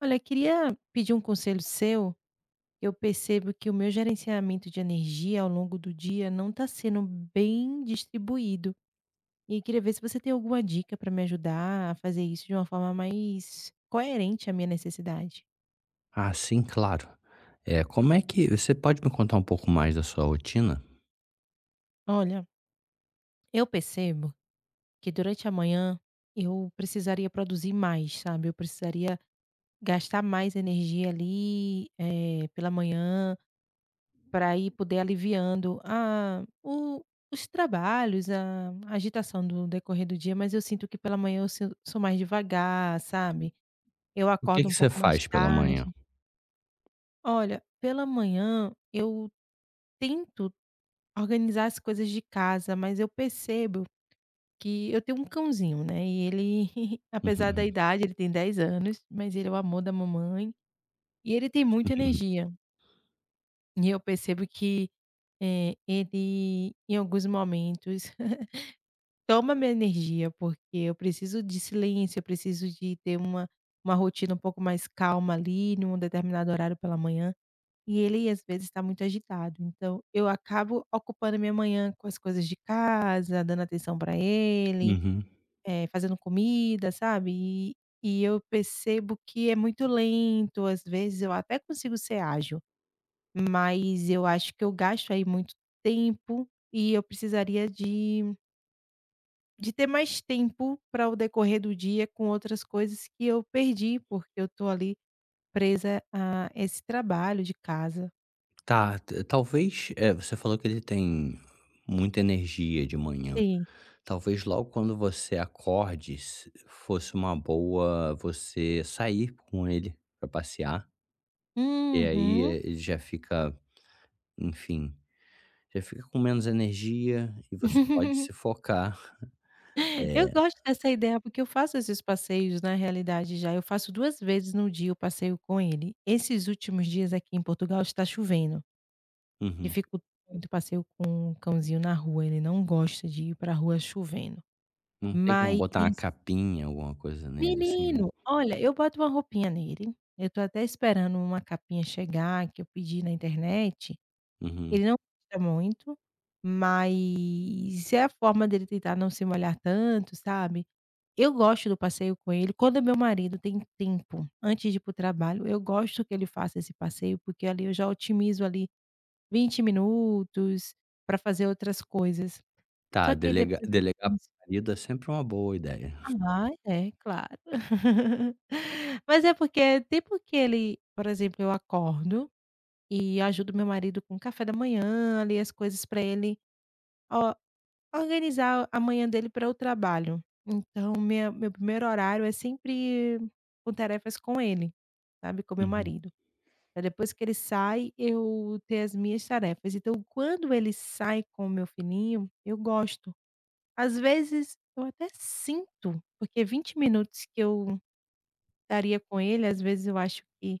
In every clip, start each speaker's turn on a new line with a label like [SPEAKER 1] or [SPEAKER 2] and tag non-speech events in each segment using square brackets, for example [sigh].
[SPEAKER 1] Olha, queria pedir um conselho seu. Eu percebo que o meu gerenciamento de energia ao longo do dia não está sendo bem distribuído. E queria ver se você tem alguma dica para me ajudar a fazer isso de uma forma mais coerente à minha necessidade.
[SPEAKER 2] Ah, sim, claro. É como é que você pode me contar um pouco mais da sua rotina?
[SPEAKER 1] Olha, eu percebo que durante a manhã eu precisaria produzir mais, sabe? Eu precisaria gastar mais energia ali pela manhã para ir poder aliviando a o os trabalhos, a agitação do decorrer do dia, mas eu sinto que pela manhã eu sin sou mais devagar, sabe. Eu
[SPEAKER 2] O que
[SPEAKER 1] acordo
[SPEAKER 2] que
[SPEAKER 1] um
[SPEAKER 2] você
[SPEAKER 1] pouco mais
[SPEAKER 2] faz pela manhã?
[SPEAKER 1] tarde. Olha, pela manhã eu tento organizar as coisas de casa, mas eu percebo que eu tenho um cãozinho, né, e ele [laughs] apesar da
[SPEAKER 2] [laughs]
[SPEAKER 1] idade, ele tem 10 anos, mas ele é o amor da mamãe, e ele tem muita
[SPEAKER 2] Uhum,
[SPEAKER 1] energia. E eu percebo que, ele em alguns momentos [laughs] toma minha energia, porque eu preciso de silêncio, eu preciso de ter uma rotina um pouco mais calma ali, num determinado horário pela manhã, e ele às vezes está muito agitado. Então, eu acabo ocupando a minha manhã com as coisas de casa, dando atenção para
[SPEAKER 2] uhum,
[SPEAKER 1] ele,
[SPEAKER 2] uhum.
[SPEAKER 1] fazendo comida, sabe. E eu percebo que é muito lento, às vezes eu até consigo ser ágil, mas eu acho que eu gasto aí muito tempo e eu precisaria de ter mais tempo para o decorrer do dia com outras coisas que eu perdi, porque eu tô ali presa a esse trabalho de casa.
[SPEAKER 2] Tá, ta talvez, você falou que ele tem muita energia de manhã.
[SPEAKER 1] Sim.
[SPEAKER 2] Talvez logo quando você acorde se fosse uma boa você sair com ele para passear, e aí,
[SPEAKER 1] Uhum.
[SPEAKER 2] ele já fica, enfim, já fica com menos energia e você pode se
[SPEAKER 1] [laughs]
[SPEAKER 2] focar. É.
[SPEAKER 1] Eu gosto dessa ideia, porque eu faço esses passeios na realidade já, eu faço 2 vezes no dia o passeio com ele. Esses últimos dias aqui em Portugal está chovendo,
[SPEAKER 2] Uhum.
[SPEAKER 1] dificulta muito o passeio com o cãozinho na rua, ele não gosta de ir para a rua chovendo.
[SPEAKER 2] Não tem como
[SPEAKER 1] Mas
[SPEAKER 2] botar uma capinha, alguma coisa nele, assim, não?
[SPEAKER 1] Menino, olha, eu boto uma roupinha nele, eu tô até esperando uma capinha chegar que eu pedi na internet,
[SPEAKER 2] Uhum.
[SPEAKER 1] ele não gosta muito, mas é a forma dele tentar não se molhar tanto, sabe. Eu gosto do passeio com ele, quando meu marido tem tempo antes de ir pro trabalho, eu gosto que ele faça esse passeio, porque ali eu já otimizo ali 20 minutos para fazer outras coisas.
[SPEAKER 2] Tá,
[SPEAKER 1] Só que aí
[SPEAKER 2] delega
[SPEAKER 1] depois eu
[SPEAKER 2] delegar
[SPEAKER 1] penso.
[SPEAKER 2] para marido é sempre uma boa ideia.
[SPEAKER 1] Ah, é, claro. [laughs] Mas é porque tempo que ele, por exemplo, eu acordo e ajudo meu marido com o café da manhã, ali, as coisas para ele o organizar a manhã dele para o trabalho. Então minha meu primeiro horário é sempre com tarefas com ele, sabe, com meu
[SPEAKER 2] Uhum.
[SPEAKER 1] marido, pra depois que ele sai, eu ter as minhas tarefas. Então quando ele sai com o meu filhinho, eu gosto. Às vezes eu até sinto, porque 20 minutos que eu estaria com ele, às vezes eu acho que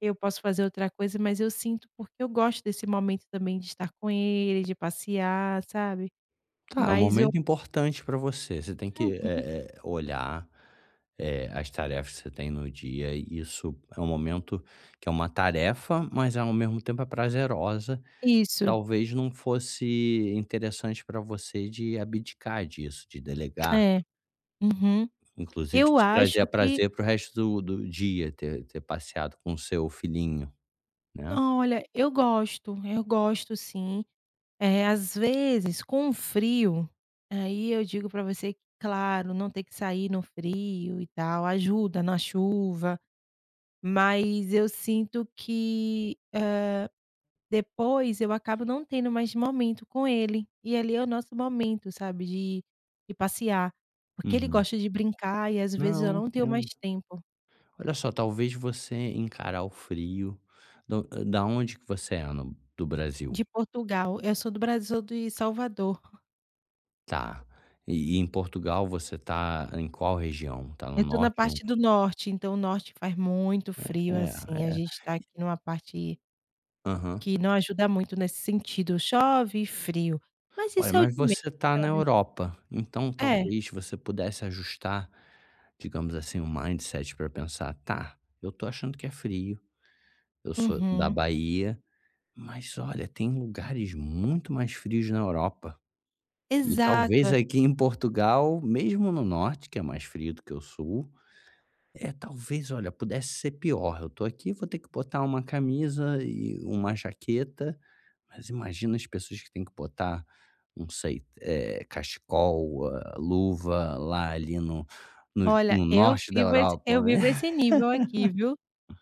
[SPEAKER 1] eu posso fazer outra coisa, mas eu sinto porque eu gosto desse momento também de estar com ele, de passear, sabe.
[SPEAKER 2] Tá, é um
[SPEAKER 1] Mas eu
[SPEAKER 2] momento importante pra você, você tem que, olhar, as tarefas que você tem no dia, e isso é um momento que é uma tarefa, mas ao mesmo tempo é prazerosa.
[SPEAKER 1] Isso,
[SPEAKER 2] Talvez não fosse interessante pra você de abdicar disso, de delegar.
[SPEAKER 1] é. Uhum.
[SPEAKER 2] Inclusive
[SPEAKER 1] Eu
[SPEAKER 2] te trazia
[SPEAKER 1] acho que
[SPEAKER 2] prazer para o resto do dia ter ter passeado com o seu filhinho, né.
[SPEAKER 1] Olha, eu gosto, eu gosto, sim. É, às vezes, com o frio, aí eu digo para você que, claro, não ter que sair no frio e tal, ajuda na chuva, mas eu sinto que, depois eu acabo não tendo mais momento com ele, e ali é o nosso momento, sabe, de passear, porque ele
[SPEAKER 2] Uhum.
[SPEAKER 1] gosta de brincar e às vezes
[SPEAKER 2] Não,
[SPEAKER 1] eu não tenho mais
[SPEAKER 2] entendo.
[SPEAKER 1] tempo.
[SPEAKER 2] Olha só, talvez você encarar o frio do da onde que você é no do Brasil?
[SPEAKER 1] De Portugal, eu sou do Brasil, sou de Salvador.
[SPEAKER 2] Tá. E em Portugal você tá em qual região? Tá no
[SPEAKER 1] Eu tô na
[SPEAKER 2] norte ou
[SPEAKER 1] parte do norte, então o norte faz muito frio, assim, a
[SPEAKER 2] é, é.
[SPEAKER 1] gente tá aqui numa parte
[SPEAKER 2] Aham.
[SPEAKER 1] que não ajuda muito nesse sentido, chove e frio, mas
[SPEAKER 2] Olha,
[SPEAKER 1] isso é o de
[SPEAKER 2] mas
[SPEAKER 1] menos,
[SPEAKER 2] você tá na
[SPEAKER 1] sabe.
[SPEAKER 2] Europa, então
[SPEAKER 1] É,
[SPEAKER 2] talvez você pudesse ajustar, digamos assim, o mindset para pensar: "Tá, eu tô achando que é frio". Eu sou da
[SPEAKER 1] uhum,
[SPEAKER 2] Bahia, mas olha, tem lugares muito mais frios na Europa. E
[SPEAKER 1] exato.
[SPEAKER 2] talvez
[SPEAKER 1] É.
[SPEAKER 2] aqui em Portugal, mesmo no norte, que é mais frio do que o sul, é talvez, olha, pudesse ser pior. Eu tô aqui, vou ter que botar uma camisa e uma jaqueta, mas imagina as pessoas que têm que botar, não sei, cachecol, ah, luva lá ali no no
[SPEAKER 1] Olha,
[SPEAKER 2] no norte da Europa,
[SPEAKER 1] eu
[SPEAKER 2] né.
[SPEAKER 1] vivo esse
[SPEAKER 2] [laughs]
[SPEAKER 1] nível aqui, viu.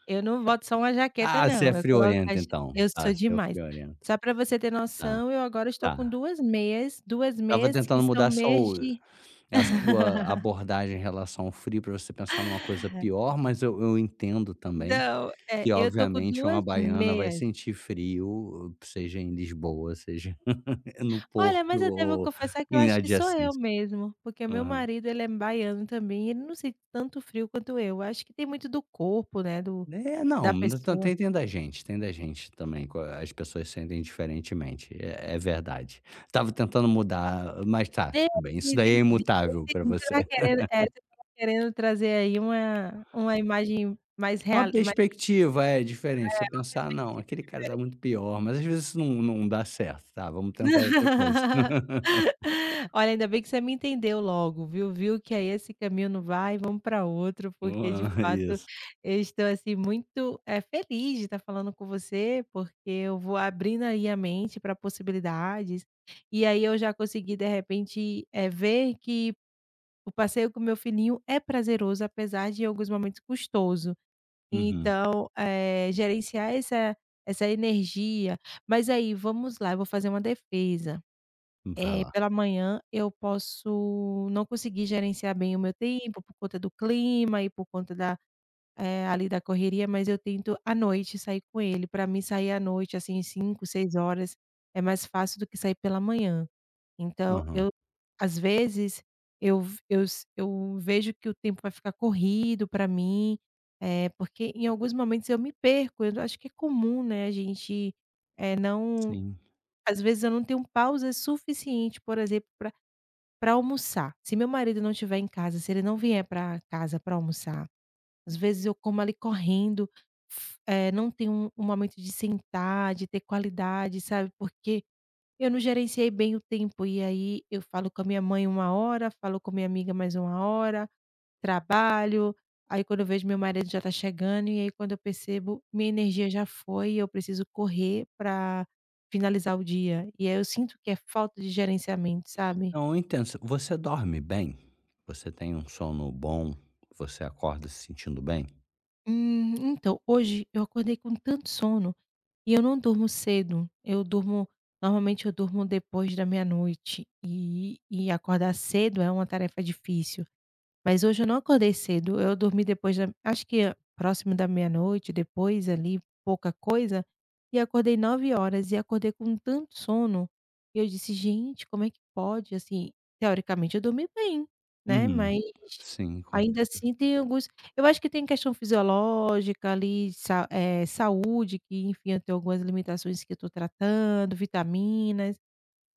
[SPEAKER 1] Eu não boto só uma jaqueta,
[SPEAKER 2] Ah, você é
[SPEAKER 1] não, eu coloco
[SPEAKER 2] friorento
[SPEAKER 1] as
[SPEAKER 2] então.
[SPEAKER 1] eu
[SPEAKER 2] Tá,
[SPEAKER 1] sou
[SPEAKER 2] você é
[SPEAKER 1] demais.
[SPEAKER 2] friorento.
[SPEAKER 1] Só pra você ter
[SPEAKER 2] Tá,
[SPEAKER 1] noção, eu agora estou com
[SPEAKER 2] tá.
[SPEAKER 1] 2
[SPEAKER 2] Tava
[SPEAKER 1] meias que
[SPEAKER 2] tentando
[SPEAKER 1] são
[SPEAKER 2] mudar
[SPEAKER 1] meias
[SPEAKER 2] seu
[SPEAKER 1] de
[SPEAKER 2] a sua
[SPEAKER 1] [laughs]
[SPEAKER 2] abordagem em relação ao frio para você pensar numa coisa pior, mas eu entendo também
[SPEAKER 1] Não, é,
[SPEAKER 2] que
[SPEAKER 1] eu tô com
[SPEAKER 2] obviamente uma
[SPEAKER 1] 2
[SPEAKER 2] baiana vai
[SPEAKER 1] meias.
[SPEAKER 2] sentir frio, seja em Lisboa, seja [laughs] no Porto
[SPEAKER 1] Olha, mas eu devo
[SPEAKER 2] ou
[SPEAKER 1] confessar que eu
[SPEAKER 2] em
[SPEAKER 1] acho que sou eu
[SPEAKER 2] adjacência.
[SPEAKER 1] mesmo, porque o meu
[SPEAKER 2] Aham.
[SPEAKER 1] marido, ele é baiano também, ele não sente tanto frio quanto eu. Acho que tem muito do corpo, né, do
[SPEAKER 2] É,
[SPEAKER 1] da
[SPEAKER 2] não, tem
[SPEAKER 1] pessoa.
[SPEAKER 2] tem tem da gente, tem da gente também, co as pessoas sentem diferentemente, é verdade. Tava tentando mudar, mas tá,
[SPEAKER 1] Eu
[SPEAKER 2] tudo bem, isso daí é
[SPEAKER 1] entendi, eu
[SPEAKER 2] imutável para
[SPEAKER 1] entendi.
[SPEAKER 2] você.
[SPEAKER 1] Você estava querendo trazer aí uma imagem mais
[SPEAKER 2] Uma
[SPEAKER 1] real, mais
[SPEAKER 2] perspectiva, é,
[SPEAKER 1] positiva,
[SPEAKER 2] diferente, você
[SPEAKER 1] uma
[SPEAKER 2] pensar: "Ah, não,
[SPEAKER 1] perspectiva
[SPEAKER 2] aquele cara tá muito
[SPEAKER 1] diferente.
[SPEAKER 2] pior", mas às vezes isso não dá certo, tá, vamos tentar outra coisa.
[SPEAKER 1] [laughs]
[SPEAKER 2] [laughs]
[SPEAKER 1] Olha, ainda bem que você me entendeu logo, viu, viu que aí esse caminho não vai, vamos para outro, porque de
[SPEAKER 2] Aham,
[SPEAKER 1] fato
[SPEAKER 2] isso.
[SPEAKER 1] eu estou, assim, muito, feliz de estar falando com você, porque eu vou abrindo aí a mente para possibilidades, e aí eu já consegui de repente, ver que o passeio com meu filhinho é prazeroso, apesar de em alguns momentos custoso.
[SPEAKER 2] Uhum.
[SPEAKER 1] Então, gerenciar essa energia, mas aí, vamos lá, eu vou fazer uma defesa.
[SPEAKER 2] Vai lá.
[SPEAKER 1] Pela manhã eu posso não conseguir gerenciar bem o meu tempo por conta do clima e por conta ali da correria, mas eu tento à noite sair com ele. Para mim sair à noite, assim, 5, 6 horas, é mais fácil do que sair pela manhã. Então
[SPEAKER 2] Aham.
[SPEAKER 1] eu às vezes, eu v eu s eu vejo que o tempo vai ficar corrido para mim, porque em alguns momentos eu me perco, eu acho que é comum, né, a gente, eh, não,
[SPEAKER 2] Sim.
[SPEAKER 1] às vezes eu não tenho pausa suficiente, por exemplo, para pra almoçar. Se meu marido não estiver em casa, se ele não vier para casa para almoçar, às vezes eu como ali correndo, não tenho um momento de sentar, de ter qualidade, sabe, porque eu não gerenciei bem o tempo. E aí eu falo com a minha mãe uma hora, falo com minha amiga mais uma hora, trabalho, aí quando eu vejo, meu marido já tá chegando, e aí quando eu percebo, minha energia já foi, eu preciso correr para finalizar o dia. E aí eu sinto que é falta de gerenciamento, sabe.
[SPEAKER 2] Não, eu entendo, você dorme bem? Você tem um sono bom? Você acorda se sentindo bem?
[SPEAKER 1] Então, hoje eu acordei com tanto sono. E eu não durmo cedo, eu durmo normalmente eu durmo depois da meia-noite, e acordar cedo é uma tarefa difícil. Mas hoje eu não acordei cedo, eu dormi depois da acho que próximo da meia-noite, depois ali, pouca coisa, e acordei 9 horas e acordei com tanto sono, e eu disse: "Gente, como é que pode?" Assim, teoricamente eu dormi bem, né,
[SPEAKER 2] Uhum.
[SPEAKER 1] mas
[SPEAKER 2] Sim, com
[SPEAKER 1] ainda
[SPEAKER 2] certeza.
[SPEAKER 1] assim tem alguns eu acho que tem questão fisiológica ali, saúde que, enfim, eu tenho algumas limitações que eu estou tratando, vitaminas.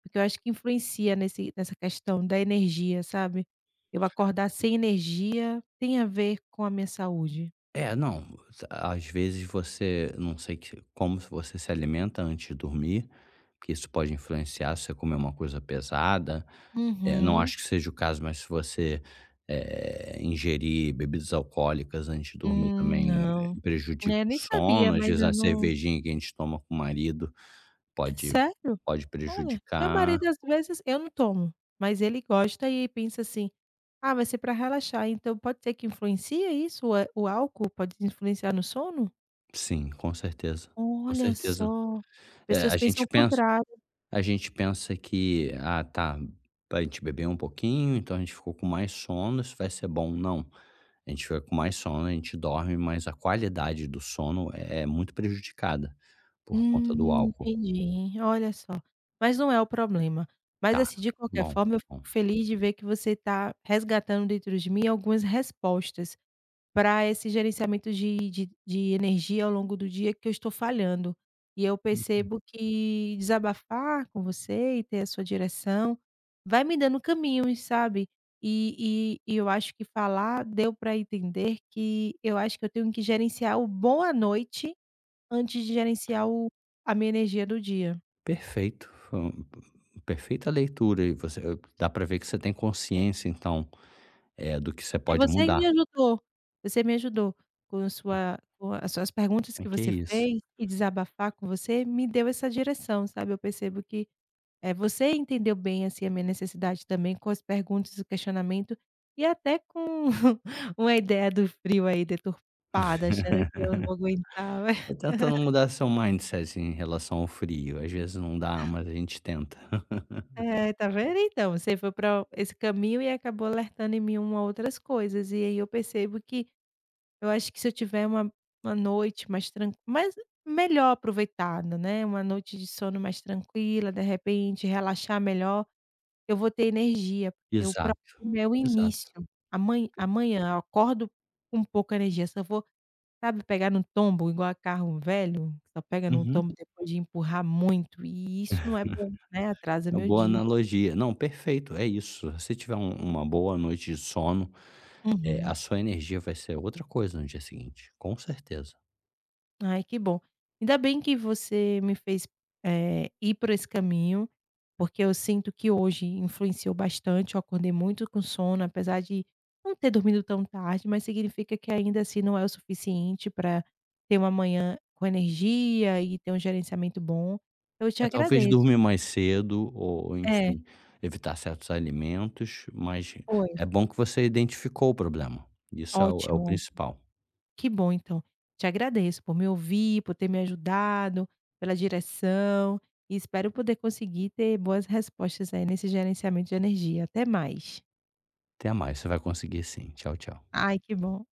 [SPEAKER 1] Porque eu acho que influencia nesse nessa questão da energia, sabe. Eu acordar sem energia tem a ver com a minha saúde.
[SPEAKER 2] É, não, às vezes você não sei que como você se alimenta antes de dormir, porque isso pode influenciar se você comer uma coisa pesada. Não
[SPEAKER 1] Uhum.
[SPEAKER 2] acho que seja o caso, mas se você, ingerir bebidas alcoólicas antes de dormir também
[SPEAKER 1] Não.
[SPEAKER 2] é, prejudica
[SPEAKER 1] É,
[SPEAKER 2] o
[SPEAKER 1] nem sabia,
[SPEAKER 2] sono. Às
[SPEAKER 1] mas
[SPEAKER 2] vezes, a
[SPEAKER 1] eu não.
[SPEAKER 2] cervejinha que a gente toma com o marido
[SPEAKER 1] É
[SPEAKER 2] pode
[SPEAKER 1] sério?
[SPEAKER 2] pode
[SPEAKER 1] Olha, meu
[SPEAKER 2] prejudicar.
[SPEAKER 1] marido às vezes eu não tomo, mas ele gosta e pensa assim: "Ah, vai ser para relaxar", então pode ser que influencia isso? O álcool pode influenciar no sono?
[SPEAKER 2] Sim, com certeza, com
[SPEAKER 1] Olha
[SPEAKER 2] certeza.
[SPEAKER 1] só,
[SPEAKER 2] Eh,
[SPEAKER 1] pessoas
[SPEAKER 2] a
[SPEAKER 1] pensam
[SPEAKER 2] gente
[SPEAKER 1] o
[SPEAKER 2] pensa
[SPEAKER 1] contrário.
[SPEAKER 2] a gente pensa que, ah, tá, a gente bebeu um pouquinho, então a gente ficou com mais sono, isso vai ser bom. Não, a gente fica com mais sono, a gente dorme, mas a qualidade do sono é muito prejudicada por conta do álcool.
[SPEAKER 1] Entendi. Olha só, mas não é o problema. Mas,
[SPEAKER 2] Tá,
[SPEAKER 1] assim, de qualquer
[SPEAKER 2] bom,
[SPEAKER 1] forma, eu
[SPEAKER 2] bom.
[SPEAKER 1] fico feliz de ver que você está resgatando dentro de mim algumas respostas para esse gerenciamento de energia ao longo do dia que eu estou falhando. E eu
[SPEAKER 2] Uhum.
[SPEAKER 1] percebo que desabafar com você e ter a sua direção vai me dando caminhos, sabe. E eu acho que falar deu para entender que eu acho que eu tenho que gerenciar o bom "boa noite" antes de gerenciar o a minha energia do dia.
[SPEAKER 2] Perfeito. Perfeita leitura. E você, dá pra ver que você tem consciência, então, é, do que você
[SPEAKER 1] É,
[SPEAKER 2] pode mudar.
[SPEAKER 1] você me ajudou com as suas perguntas
[SPEAKER 2] É.
[SPEAKER 1] que
[SPEAKER 2] Que é
[SPEAKER 1] você
[SPEAKER 2] isso.
[SPEAKER 1] fez, e desabafar com você me deu essa direção, sabe. Eu percebo que, você entendeu bem, assim, a minha necessidade também com as perguntas, o questionamento e até com [laughs] uma ideia do frio aí deturpada, achando que eu
[SPEAKER 2] [laughs]
[SPEAKER 1] não aguentava.
[SPEAKER 2] É,
[SPEAKER 1] [laughs]
[SPEAKER 2] tá tentando mudar seu mindset em relação ao frio. Às vezes não dá, mas a gente tenta. [laughs]
[SPEAKER 1] É, tá vendo então, você foi pra esse caminho e acabou alertando em mim uma outras coisas. E aí eu percebo que eu acho que se eu tiver uma noite mais melhor aproveitada, né, uma noite de sono mais tranquila, de repente relaxar melhor, eu vou ter energia, porque o
[SPEAKER 2] Exato,
[SPEAKER 1] problema é o
[SPEAKER 2] exato.
[SPEAKER 1] início. Amanhã eu acordo com pouca energia, se eu vou, sabe, pegar no tombo igual a carro velho, que só pega num
[SPEAKER 2] Uhum.
[SPEAKER 1] tombo depois de empurrar muito, e isso não é
[SPEAKER 2] [laughs]
[SPEAKER 1] bom, né, atrasa
[SPEAKER 2] Uma
[SPEAKER 1] meu
[SPEAKER 2] boa
[SPEAKER 1] dia.
[SPEAKER 2] analogia. Não, perfeito, é isso. Se tiver uma boa noite de sono, a
[SPEAKER 1] Uhum.
[SPEAKER 2] sua energia vai ser outra coisa no dia seguinte, com certeza.
[SPEAKER 1] Ai, que bom. Ainda bem que você me fez, ir por esse caminho, porque eu sinto que hoje influenciou bastante. Eu acordei muito com sono, apesar de não ter dormido tão tarde, mas significa que ainda assim não é o suficiente para ter uma manhã com energia e ter um gerenciamento bom. Eu te
[SPEAKER 2] É, talvez
[SPEAKER 1] agradeço.
[SPEAKER 2] dormir mais cedo ou,
[SPEAKER 1] É,
[SPEAKER 2] enfim, evitar certos alimentos, mas
[SPEAKER 1] foi.
[SPEAKER 2] é bom que você identificou o problema. Isso é o é o
[SPEAKER 1] Ótimo, ótimo.
[SPEAKER 2] principal.
[SPEAKER 1] Que bom então. Te agradeço por me ouvir, por ter me ajudado, pela direção, e espero poder conseguir ter boas respostas aí nesse gerenciamento de energia. Até mais.
[SPEAKER 2] Até mais, você vai conseguir sim. Tchau, tchau.
[SPEAKER 1] Ai, que bom.